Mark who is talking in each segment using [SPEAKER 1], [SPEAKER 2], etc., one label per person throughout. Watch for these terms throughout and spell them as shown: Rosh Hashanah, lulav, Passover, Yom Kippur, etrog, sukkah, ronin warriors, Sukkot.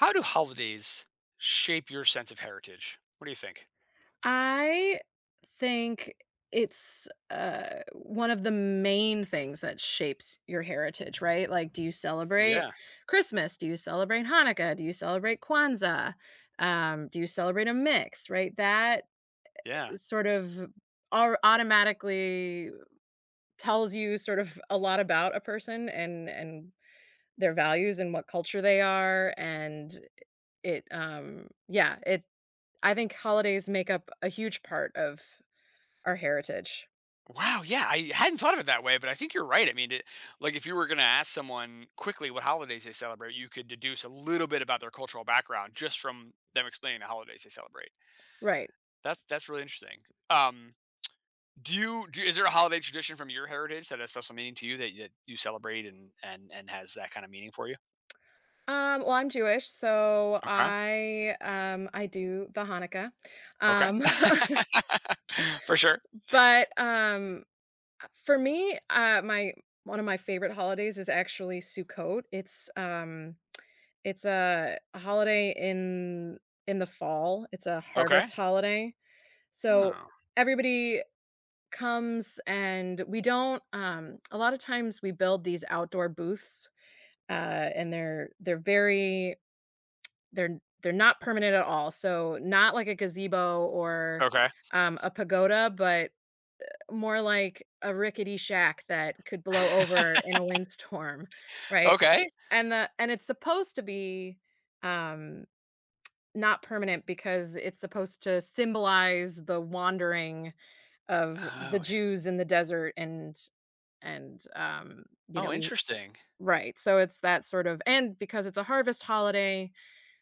[SPEAKER 1] How do holidays shape your sense of heritage? What do you think?
[SPEAKER 2] I think it's one of the main things that shapes your heritage, right? Like, do you celebrate
[SPEAKER 1] Yeah,
[SPEAKER 2] Christmas? Do you celebrate Hanukkah? Do you celebrate Kwanzaa? Do you celebrate a mix, right? That
[SPEAKER 1] yeah.
[SPEAKER 2] sort of automatically tells you sort of a lot about a person and their values and what culture they are and it yeah it I think holidays make up a huge part of our heritage.
[SPEAKER 1] Wow, yeah, I hadn't thought of it that way, but I think you're right. I mean, like if you were going to ask someone quickly what holidays they celebrate, you could deduce a little bit about their cultural background just from them explaining the holidays they celebrate.
[SPEAKER 2] Right.
[SPEAKER 1] That's really interesting. Um, is there a holiday tradition from your heritage that has special meaning to you that you celebrate and has that kind of meaning for you?
[SPEAKER 2] Well, I'm Jewish, so
[SPEAKER 1] Okay.
[SPEAKER 2] I do the Hanukkah.
[SPEAKER 1] Okay.
[SPEAKER 2] Um
[SPEAKER 1] For sure.
[SPEAKER 2] but for me, my one of my favorite holidays is actually Sukkot. It's it's a holiday in the fall. It's a
[SPEAKER 1] Okay.
[SPEAKER 2] harvest holiday. So
[SPEAKER 1] Oh,
[SPEAKER 2] everybody comes and we don't a lot of times we build these outdoor booths and they're very. They're not permanent at all, so not like a gazebo or,
[SPEAKER 1] okay.
[SPEAKER 2] a pagoda, but more like a rickety shack that could blow over in a windstorm, right?
[SPEAKER 1] Okay.
[SPEAKER 2] And the and it's supposed to be, um, not permanent because it's supposed to symbolize the wandering of the
[SPEAKER 1] Oh, I
[SPEAKER 2] Jews in the desert and, you
[SPEAKER 1] oh,
[SPEAKER 2] know, we.
[SPEAKER 1] interesting.
[SPEAKER 2] Right, so it's that sort of and because it's a harvest holiday,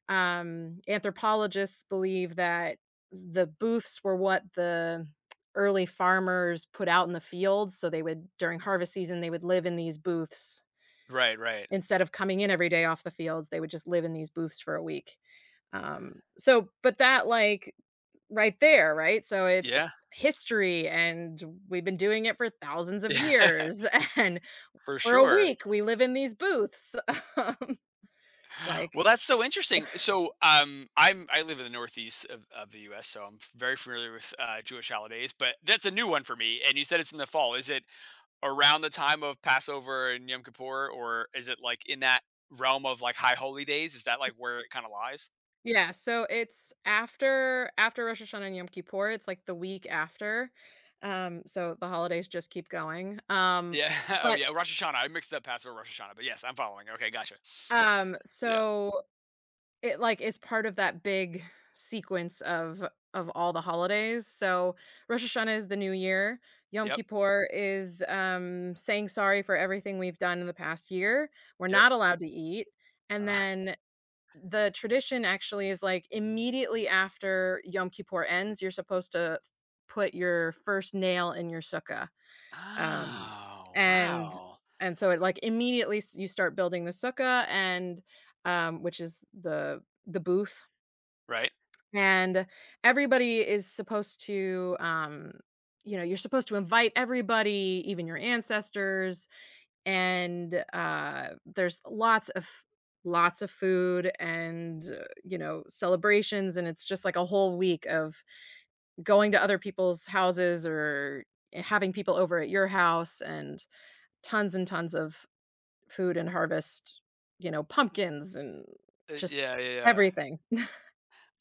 [SPEAKER 2] anthropologists believe that the booths were what the early farmers put out in the fields, so they would during harvest season, they would live in these booths
[SPEAKER 1] Right, right.
[SPEAKER 2] instead of coming in every day off the fields, they would just live in these booths for a week. So but that, like, right there, right? So it's
[SPEAKER 1] Yeah.
[SPEAKER 2] history, and we've been doing it for thousands of
[SPEAKER 1] Yeah.
[SPEAKER 2] years, and
[SPEAKER 1] For
[SPEAKER 2] for a
[SPEAKER 1] sure.
[SPEAKER 2] week, we live in these booths. Like,
[SPEAKER 1] Well, that's so interesting. So, I live in the Northeast of the US, so I'm very familiar with, Jewish holidays, but that's a new one for me, and you said it's in the fall. Is it around the time of Passover and Yom Kippur, or is it, like, in that realm of, like, High Holy Days? Is that, like, where it kinda lies?
[SPEAKER 2] yeah, so it's after Rosh Hashanah and Yom Kippur, it's like the week after. So the holidays just keep going.
[SPEAKER 1] Yeah. Oh,
[SPEAKER 2] But
[SPEAKER 1] yeah, Rosh Hashanah. I mixed up Passover, Rosh Hashanah, but yes, I'm following. Okay, gotcha. Yeah.
[SPEAKER 2] So it like is part of that big sequence of all the holidays. So Rosh Hashanah is the new year, Yom
[SPEAKER 1] Yep,
[SPEAKER 2] Kippur is saying sorry for everything we've done in the past year. We're
[SPEAKER 1] yep.
[SPEAKER 2] not allowed to eat. And then the tradition actually is like immediately after Yom Kippur ends, you're supposed to put your first nail in your sukkah. Um,
[SPEAKER 1] Oh,
[SPEAKER 2] and
[SPEAKER 1] wow.
[SPEAKER 2] and so it like immediately you start building the sukkah and which is the booth
[SPEAKER 1] Right?
[SPEAKER 2] and everybody is supposed to you know you're supposed to invite everybody even your ancestors and there's lots of food and you know celebrations and it's just like a whole week of going to other people's houses or having people over at your house and tons of food and harvest you know pumpkins and just
[SPEAKER 1] Yeah, yeah, yeah.
[SPEAKER 2] everything.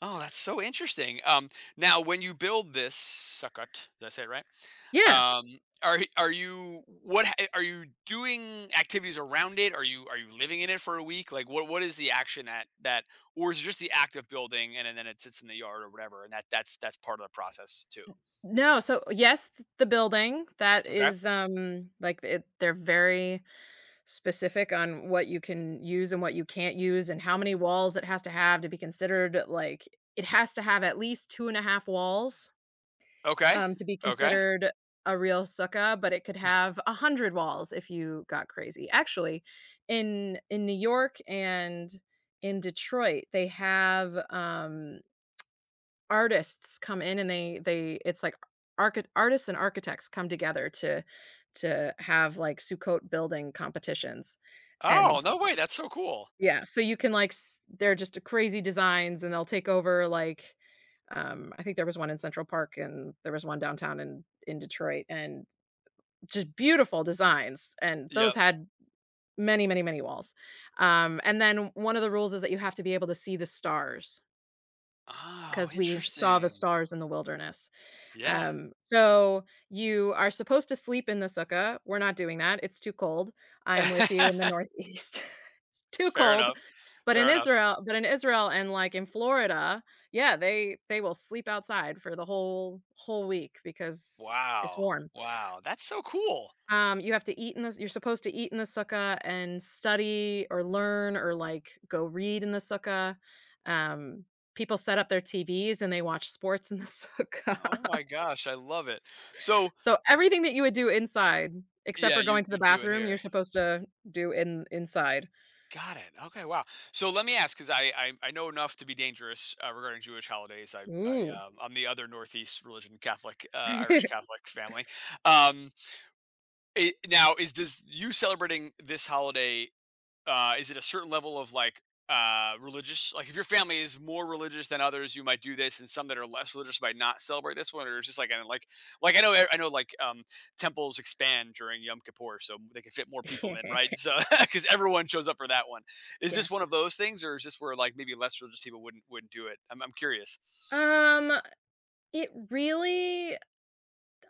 [SPEAKER 1] Oh, that's so interesting. Now when you build this sukkot, did I say it right?
[SPEAKER 2] Yeah,
[SPEAKER 1] Are y- are you what ha- are you doing activities around it? Are you living in it for a week? Like what is the action that, or is it just the act of building, and then it sits in the yard or whatever and that's part of the process too.
[SPEAKER 2] no so yes the building that
[SPEAKER 1] Okay.
[SPEAKER 2] is like it, they're very specific on what you can use and what you can't use, and how many walls it has to have to be considered, like, it has to have at least 2 and a half walls,
[SPEAKER 1] Okay.
[SPEAKER 2] to be
[SPEAKER 1] Okay.
[SPEAKER 2] considered a real sukkah, but it could have 100 walls if you got crazy. Actually, in New York and in Detroit, they have, artists come in and they it's like archi artists and architects come together to have, like, Sukkot building competitions,
[SPEAKER 1] Oh,
[SPEAKER 2] and
[SPEAKER 1] no way. That's so cool.
[SPEAKER 2] yeah, so you can, like s they're just crazy designs, and they'll take over, like, I think there was one in Central Park, and there was one downtown in Detroit, and just beautiful designs, and those
[SPEAKER 1] Yep.
[SPEAKER 2] had many, many, many walls, and then one of the rules is that you have to be able to see the stars,
[SPEAKER 1] Oh,
[SPEAKER 2] because we saw the
[SPEAKER 1] interesting.
[SPEAKER 2] stars in the wilderness,
[SPEAKER 1] Yeah.
[SPEAKER 2] so you are supposed to sleep in the sukkah, we're not doing that, it's too cold, I'm with you in the Northeast, too
[SPEAKER 1] Fair
[SPEAKER 2] cold.
[SPEAKER 1] enough.
[SPEAKER 2] But in
[SPEAKER 1] Fair enough.
[SPEAKER 2] Israel but in Israel and, like, in Florida, yeah, they will sleep outside for the whole week because it's
[SPEAKER 1] Wow.
[SPEAKER 2] warm.
[SPEAKER 1] Wow. That's so cool.
[SPEAKER 2] You have to eat in the you're supposed to eat in the sukkah and study or learn or, like, go read in the sukkah. Um, People set up their TVs and they watch sports in the sukkah.
[SPEAKER 1] Oh my gosh, I love it. So
[SPEAKER 2] So everything that you would do inside, except
[SPEAKER 1] yeah,
[SPEAKER 2] for
[SPEAKER 1] you
[SPEAKER 2] going to the
[SPEAKER 1] you do it
[SPEAKER 2] bathroom, you're
[SPEAKER 1] here.
[SPEAKER 2] supposed to do in inside.
[SPEAKER 1] Got it. Okay. Wow. So let me ask, because I know enough to be dangerous regarding Jewish holidays.
[SPEAKER 2] Ooh.
[SPEAKER 1] I'm the other Northeast religion Catholic, Irish Catholic family. Um, Now is this you celebrating this holiday, is it a certain level of, like, religious? Like, if your family is more religious than others, you might do this, and some that are less religious might not celebrate this one? Or it's just like, and like, I know, like, temples expand during Yom Kippur so they can fit more people in, right? So, because everyone shows up for that one. Is this one of those
[SPEAKER 2] Yes.
[SPEAKER 1] things, or is this where, like, maybe less religious people wouldn't do it? I'm curious.
[SPEAKER 2] Um It really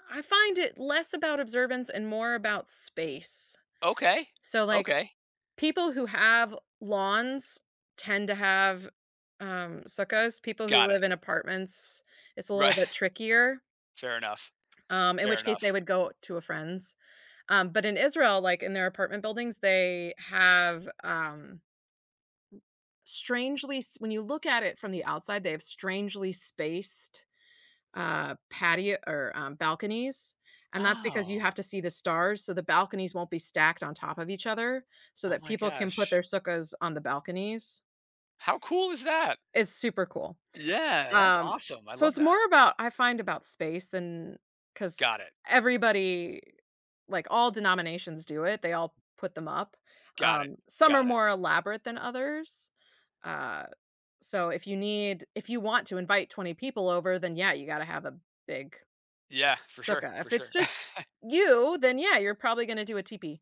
[SPEAKER 2] I find it less about observance and more about space.
[SPEAKER 1] Okay.
[SPEAKER 2] So, like,
[SPEAKER 1] Okay.
[SPEAKER 2] people who have lawns tend to have, sukkahs. People who
[SPEAKER 1] Got
[SPEAKER 2] live
[SPEAKER 1] it.
[SPEAKER 2] in apartments, it's a little
[SPEAKER 1] Right.
[SPEAKER 2] bit trickier,
[SPEAKER 1] Fair enough.
[SPEAKER 2] in
[SPEAKER 1] Fair
[SPEAKER 2] which case they
[SPEAKER 1] enough.
[SPEAKER 2] would go to a friend's. But in Israel, like, in their apartment buildings, they have, strangely s when you look at it from the outside, they have strangely spaced patio or, balconies, and that's because you
[SPEAKER 1] Oh.
[SPEAKER 2] have to see the stars, so the balconies won't be stacked on top of each other so
[SPEAKER 1] Oh
[SPEAKER 2] that
[SPEAKER 1] my
[SPEAKER 2] people can put their
[SPEAKER 1] gosh,
[SPEAKER 2] sukkahs on the balconies.
[SPEAKER 1] how cool is that?
[SPEAKER 2] It's super cool.
[SPEAKER 1] Yeah, that's
[SPEAKER 2] Um,
[SPEAKER 1] awesome. I
[SPEAKER 2] so
[SPEAKER 1] love
[SPEAKER 2] it's
[SPEAKER 1] that.
[SPEAKER 2] more about I find about space than because
[SPEAKER 1] Got it.
[SPEAKER 2] everybody like, all denominations do it, they all put them up.
[SPEAKER 1] Got it.
[SPEAKER 2] Some are
[SPEAKER 1] Got it.
[SPEAKER 2] more elaborate than others. Uh, so if you need if you want to invite 20 people over, then yeah, you gotta have a big
[SPEAKER 1] Yeah, for sure.
[SPEAKER 2] sukkah.
[SPEAKER 1] For
[SPEAKER 2] If it's
[SPEAKER 1] sure.
[SPEAKER 2] just you, then yeah, you're probably gonna do a teepee.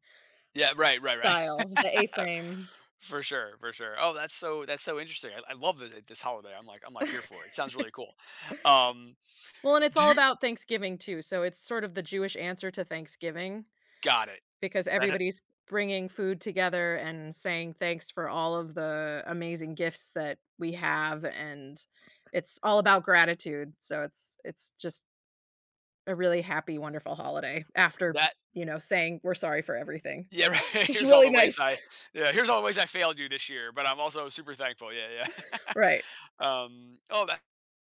[SPEAKER 1] Yeah, right, right, right.
[SPEAKER 2] Style, the A-frame.
[SPEAKER 1] For sure, for sure. Oh, that's so interesting. I love this holiday. I'm like here for it. It sounds really cool. Um,
[SPEAKER 2] Well, and it's
[SPEAKER 1] do
[SPEAKER 2] all
[SPEAKER 1] you
[SPEAKER 2] about Thanksgiving too, so it's sort of the Jewish answer to Thanksgiving
[SPEAKER 1] Got it?
[SPEAKER 2] because
[SPEAKER 1] That
[SPEAKER 2] everybody's bringing food together and saying thanks for all of the amazing gifts that we have, and it's all about gratitude, so it's just a really happy, wonderful holiday after,
[SPEAKER 1] that
[SPEAKER 2] you know, saying we're sorry for everything.
[SPEAKER 1] Yeah. Right.
[SPEAKER 2] It's just
[SPEAKER 1] Here's all
[SPEAKER 2] really
[SPEAKER 1] the
[SPEAKER 2] nice.
[SPEAKER 1] ways I yeah. Here's all the ways I failed you this year, but I'm also super thankful. Yeah, yeah.
[SPEAKER 2] Right,
[SPEAKER 1] Oh,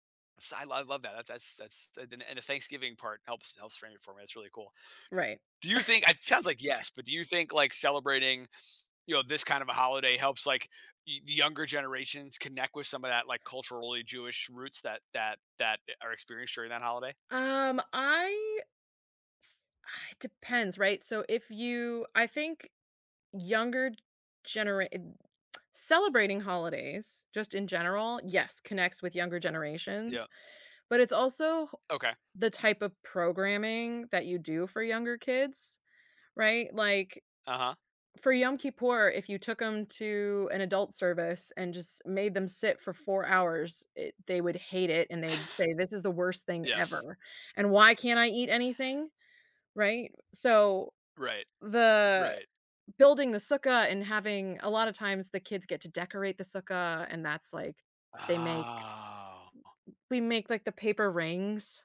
[SPEAKER 1] I love that. That's And the Thanksgiving part helps frame it for me. That's really cool.
[SPEAKER 2] right.
[SPEAKER 1] Do you think it sounds like yes, but do you think, like, celebrating, this kind of a holiday helps, like, the younger generations connect with some of that, like, culturally Jewish roots that are experienced during that holiday?
[SPEAKER 2] I ah, it depends, right? So if you I think younger genera eh, celebrating holidays just in general, yes, connects with younger
[SPEAKER 1] Yeah.
[SPEAKER 2] generations, but it's also
[SPEAKER 1] Okay.
[SPEAKER 2] the type of programming that you do for younger kids, right? Like
[SPEAKER 1] Uh-huh.
[SPEAKER 2] for Yom Kippur, if you took them to an adult service and just made them sit for 4 hours, it, they would hate it and they'd say, "This is the worst thing
[SPEAKER 1] Yes.
[SPEAKER 2] ever. And why can't I eat anything?" Right? So,
[SPEAKER 1] Right.
[SPEAKER 2] the
[SPEAKER 1] Right.
[SPEAKER 2] building the sukkah and having a lot of times the kids get to decorate the sukkah, and that's, like, they make
[SPEAKER 1] Oh.
[SPEAKER 2] we make, like, the paper rings,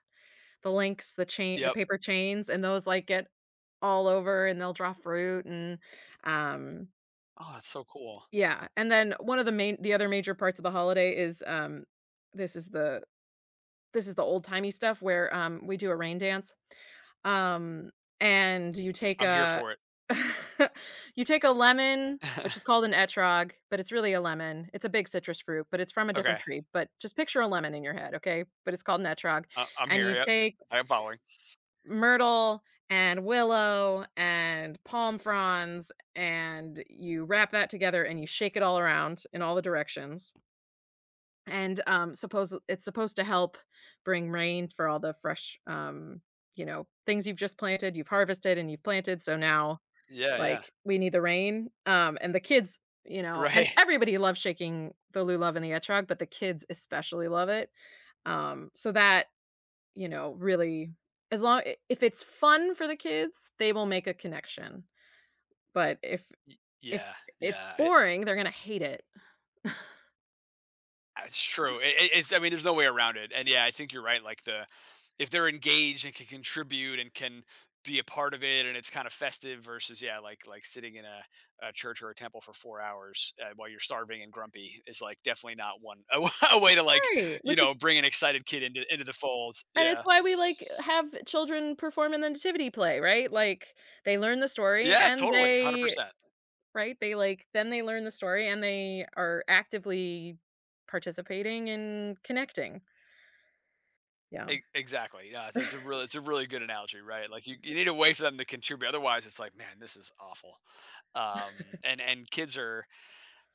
[SPEAKER 2] the links, the
[SPEAKER 1] Yep.
[SPEAKER 2] paper chains, and those, like, get all over, and they'll draw fruit and, um
[SPEAKER 1] Oh, that's so cool.
[SPEAKER 2] yeah, and then one of the main the other major parts of the holiday is, this is the this is the old-timey stuff where, we do a rain dance, um, and you take
[SPEAKER 1] I'm here
[SPEAKER 2] a
[SPEAKER 1] for it.
[SPEAKER 2] you take a lemon, which is called an etrog, but it's really a lemon. It's a big citrus fruit, but it's from a different
[SPEAKER 1] Okay.
[SPEAKER 2] tree, but just picture a lemon in your head, okay? But it's called an etrog,
[SPEAKER 1] I'm
[SPEAKER 2] and
[SPEAKER 1] here.
[SPEAKER 2] you
[SPEAKER 1] Yep.
[SPEAKER 2] take
[SPEAKER 1] I am following.
[SPEAKER 2] myrtle and willow and palm fronds, and you wrap that together and you shake it all around in all the directions. And, suppose it's supposed to help bring rain for all the fresh, you know, things you've just planted, you've harvested and you've planted, so now,
[SPEAKER 1] Yeah, yeah.
[SPEAKER 2] like, we need the rain, and the kids, you know and
[SPEAKER 1] Right.
[SPEAKER 2] everybody loves shaking the lulav and the etrog, but the kids especially love it. So that, you know, really as long I if it's fun for the kids, they will make a connection, but if if
[SPEAKER 1] Yeah,
[SPEAKER 2] it's
[SPEAKER 1] yeah.
[SPEAKER 2] boring, they're gonna hate it.
[SPEAKER 1] It's true. It it's I mean, there's no way around it, and yeah, I think you're right, like, the, if they're engaged and can contribute and can be a part of it and it's kinda festive, versus, yeah, like sitting in a church or a temple for 4 hours, while you're starving and grumpy, is, like, definitely not one a way to, like,
[SPEAKER 2] Right, which is.
[SPEAKER 1] bring an excited kid into the fold.
[SPEAKER 2] And it's
[SPEAKER 1] Yeah.
[SPEAKER 2] why we, like, have children perform in the nativity play, right? Like, they learn the story
[SPEAKER 1] Yeah,
[SPEAKER 2] and
[SPEAKER 1] totally,
[SPEAKER 2] they
[SPEAKER 1] 100%.
[SPEAKER 2] right? They, like then they learn the story and they are actively participating and connecting. Yeah.
[SPEAKER 1] E Exactly, yeah, it's it's a really it's a really good analogy, right? Like, you need a way for them to contribute, otherwise, it's like, "Man, this is awful." And kids are,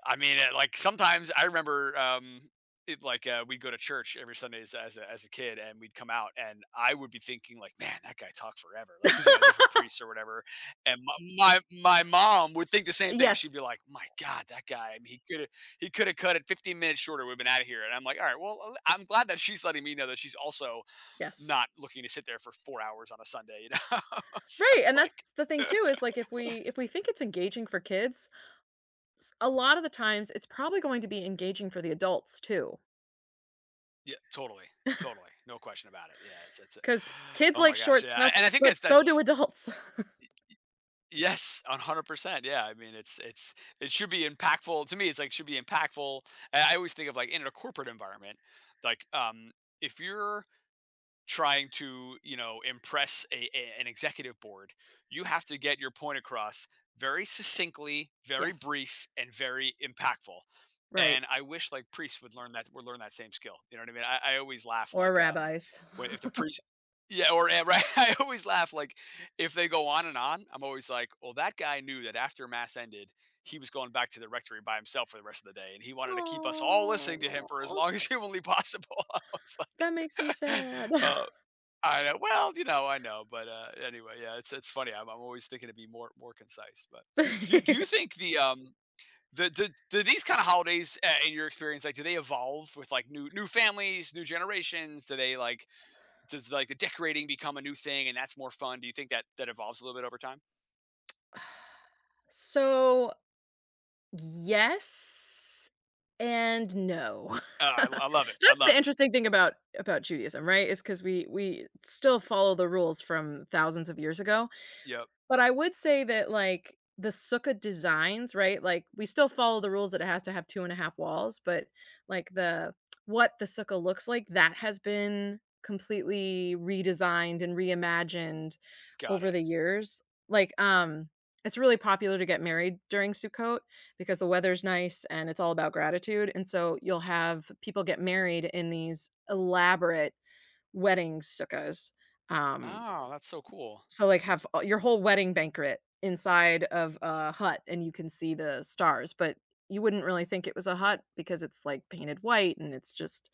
[SPEAKER 1] I mean, like sometimes I remember, like, we'd go to church every Sundays as a kid, and we'd come out, and I would be thinking, like, man, that guy talked forever, like, because you know different priests or whatever, and my mom would think the same thing. She'd be
[SPEAKER 2] Yes.
[SPEAKER 1] like, my God, that guy, I mean, he could have cut it 15 minutes shorter, we've been out of here. And I'm like, all right, well, I'm glad that she's letting me know that she's also
[SPEAKER 2] Yes.
[SPEAKER 1] not looking to sit there for 4 hours on a Sunday, you know. So
[SPEAKER 2] Right,
[SPEAKER 1] it's
[SPEAKER 2] and that's
[SPEAKER 1] like.
[SPEAKER 2] the thing too is, like, if we think it's engaging for kids, s a lot of the times it's probably going to be engaging for the adults too,
[SPEAKER 1] Yeah, totally, totally, no question about it. Yeah, it's
[SPEAKER 2] because kids
[SPEAKER 1] oh
[SPEAKER 2] like
[SPEAKER 1] my gosh,
[SPEAKER 2] short
[SPEAKER 1] yeah,
[SPEAKER 2] stuff,
[SPEAKER 1] and I think
[SPEAKER 2] but
[SPEAKER 1] that's
[SPEAKER 2] so do
[SPEAKER 1] that's
[SPEAKER 2] adults.
[SPEAKER 1] yes, 100%. Yeah, I mean, it should be impactful to me. It's like should be impactful. I always think of, like, in a corporate environment, like, if you're trying to, impress a, an executive board, you have to get your point across very succinctly, very
[SPEAKER 2] Yes.
[SPEAKER 1] brief, and very impactful.
[SPEAKER 2] Right.
[SPEAKER 1] And I wish, like, priests would learn that, would learn that same skill, you know what I mean? I always laugh,
[SPEAKER 2] Or
[SPEAKER 1] like,
[SPEAKER 2] rabbis.
[SPEAKER 1] if the priest, yeah or right, I always laugh, like, if they go on and on, I'm always like, well, that guy knew that after mass ended, he was going back to the rectory by himself for the rest of the day, and he wanted to keep us all listening to him for as
[SPEAKER 2] Oh,
[SPEAKER 1] long as humanly possible. I was
[SPEAKER 2] that
[SPEAKER 1] like,
[SPEAKER 2] makes me sad.
[SPEAKER 1] uh, I know. Well, I know, but anyway, yeah, it's funny. I'm always thinking to be more concise. But do you think, the do these kind of holidays, in your experience, like, do they evolve with, like, new families, new generations? Do they like Does, like, the decorating become a new thing and that's more fun? Do you think that that evolves a little bit over time?
[SPEAKER 2] So, yes and no.
[SPEAKER 1] Oh, I love it. I
[SPEAKER 2] That's the
[SPEAKER 1] love it.
[SPEAKER 2] interesting thing about Judaism, right? Is because we still follow the rules from thousands of years ago.
[SPEAKER 1] Yep,
[SPEAKER 2] But I would say that, like, the sukkah designs, right? Like, we still follow the rules that it has to have 2 and a half walls, but, like, the what the sukkah looks like, that has been completely redesigned and reimagined
[SPEAKER 1] got
[SPEAKER 2] over
[SPEAKER 1] it.
[SPEAKER 2] the years. Like, it's really popular to get married during Sukkot because the weather's nice and it's all about gratitude, and so you'll have people get married in these elaborate wedding sukkahs, um,
[SPEAKER 1] Oh, that's so cool.
[SPEAKER 2] so, like, have a your whole wedding banquet inside of a hut, and you can see the stars, but you wouldn't really think it was a hut because it's, like, painted white, and it's just,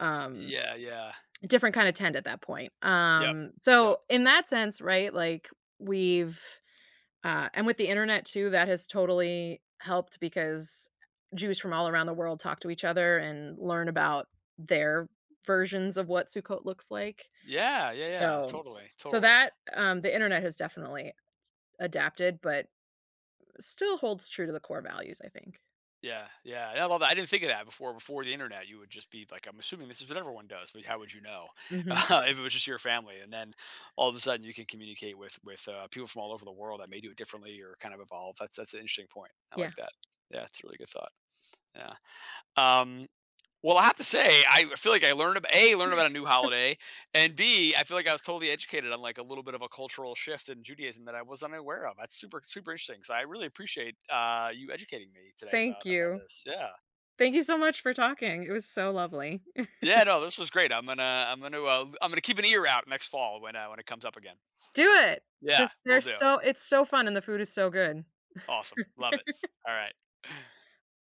[SPEAKER 2] um,
[SPEAKER 1] Yeah, yeah.
[SPEAKER 2] a different kinda tent at that point.
[SPEAKER 1] Yep. Yep.
[SPEAKER 2] So in that sense, right, like, we've and with the internet too, that has totally helped because Jews from all around the world talk to each other and learn about their versions of what Sukkot looks like.
[SPEAKER 1] Yeah, yeah, yeah.
[SPEAKER 2] So
[SPEAKER 1] Totally,
[SPEAKER 2] so
[SPEAKER 1] totally.
[SPEAKER 2] that, the internet has definitely adapted, but still holds true to the core values, I think.
[SPEAKER 1] Yeah, yeah, I love that. I didn't think of that before. Before the internet, you would just be like, I'm assuming this is what everyone does, but how would you know?
[SPEAKER 2] Mhm.
[SPEAKER 1] If it was just your family? And then all of a sudden, you can communicate with people from all over the world that may do it differently or kind of evolve. That's an interesting point. I
[SPEAKER 2] Yeah.
[SPEAKER 1] like that. Yeah, it's a really good thought. Yeah. Um, well, I have to say, I feel like I learned, a, learned about a new holiday, and b, I feel like I was totally educated on, like, a little bit of a cultural shift in Judaism that I was unaware of. That's super super interesting. So I really appreciate, you educating me today
[SPEAKER 2] Thank
[SPEAKER 1] about
[SPEAKER 2] you.
[SPEAKER 1] this. Yeah.
[SPEAKER 2] Thank you so much for talking. It was so lovely.
[SPEAKER 1] Yeah, no, this was great. I'm gonna keep an ear out next fall when it comes up again.
[SPEAKER 2] Do it.
[SPEAKER 1] Yeah,
[SPEAKER 2] Just they're
[SPEAKER 1] we'll do.
[SPEAKER 2] so it's so fun and the food is so good.
[SPEAKER 1] Awesome, love it. All right.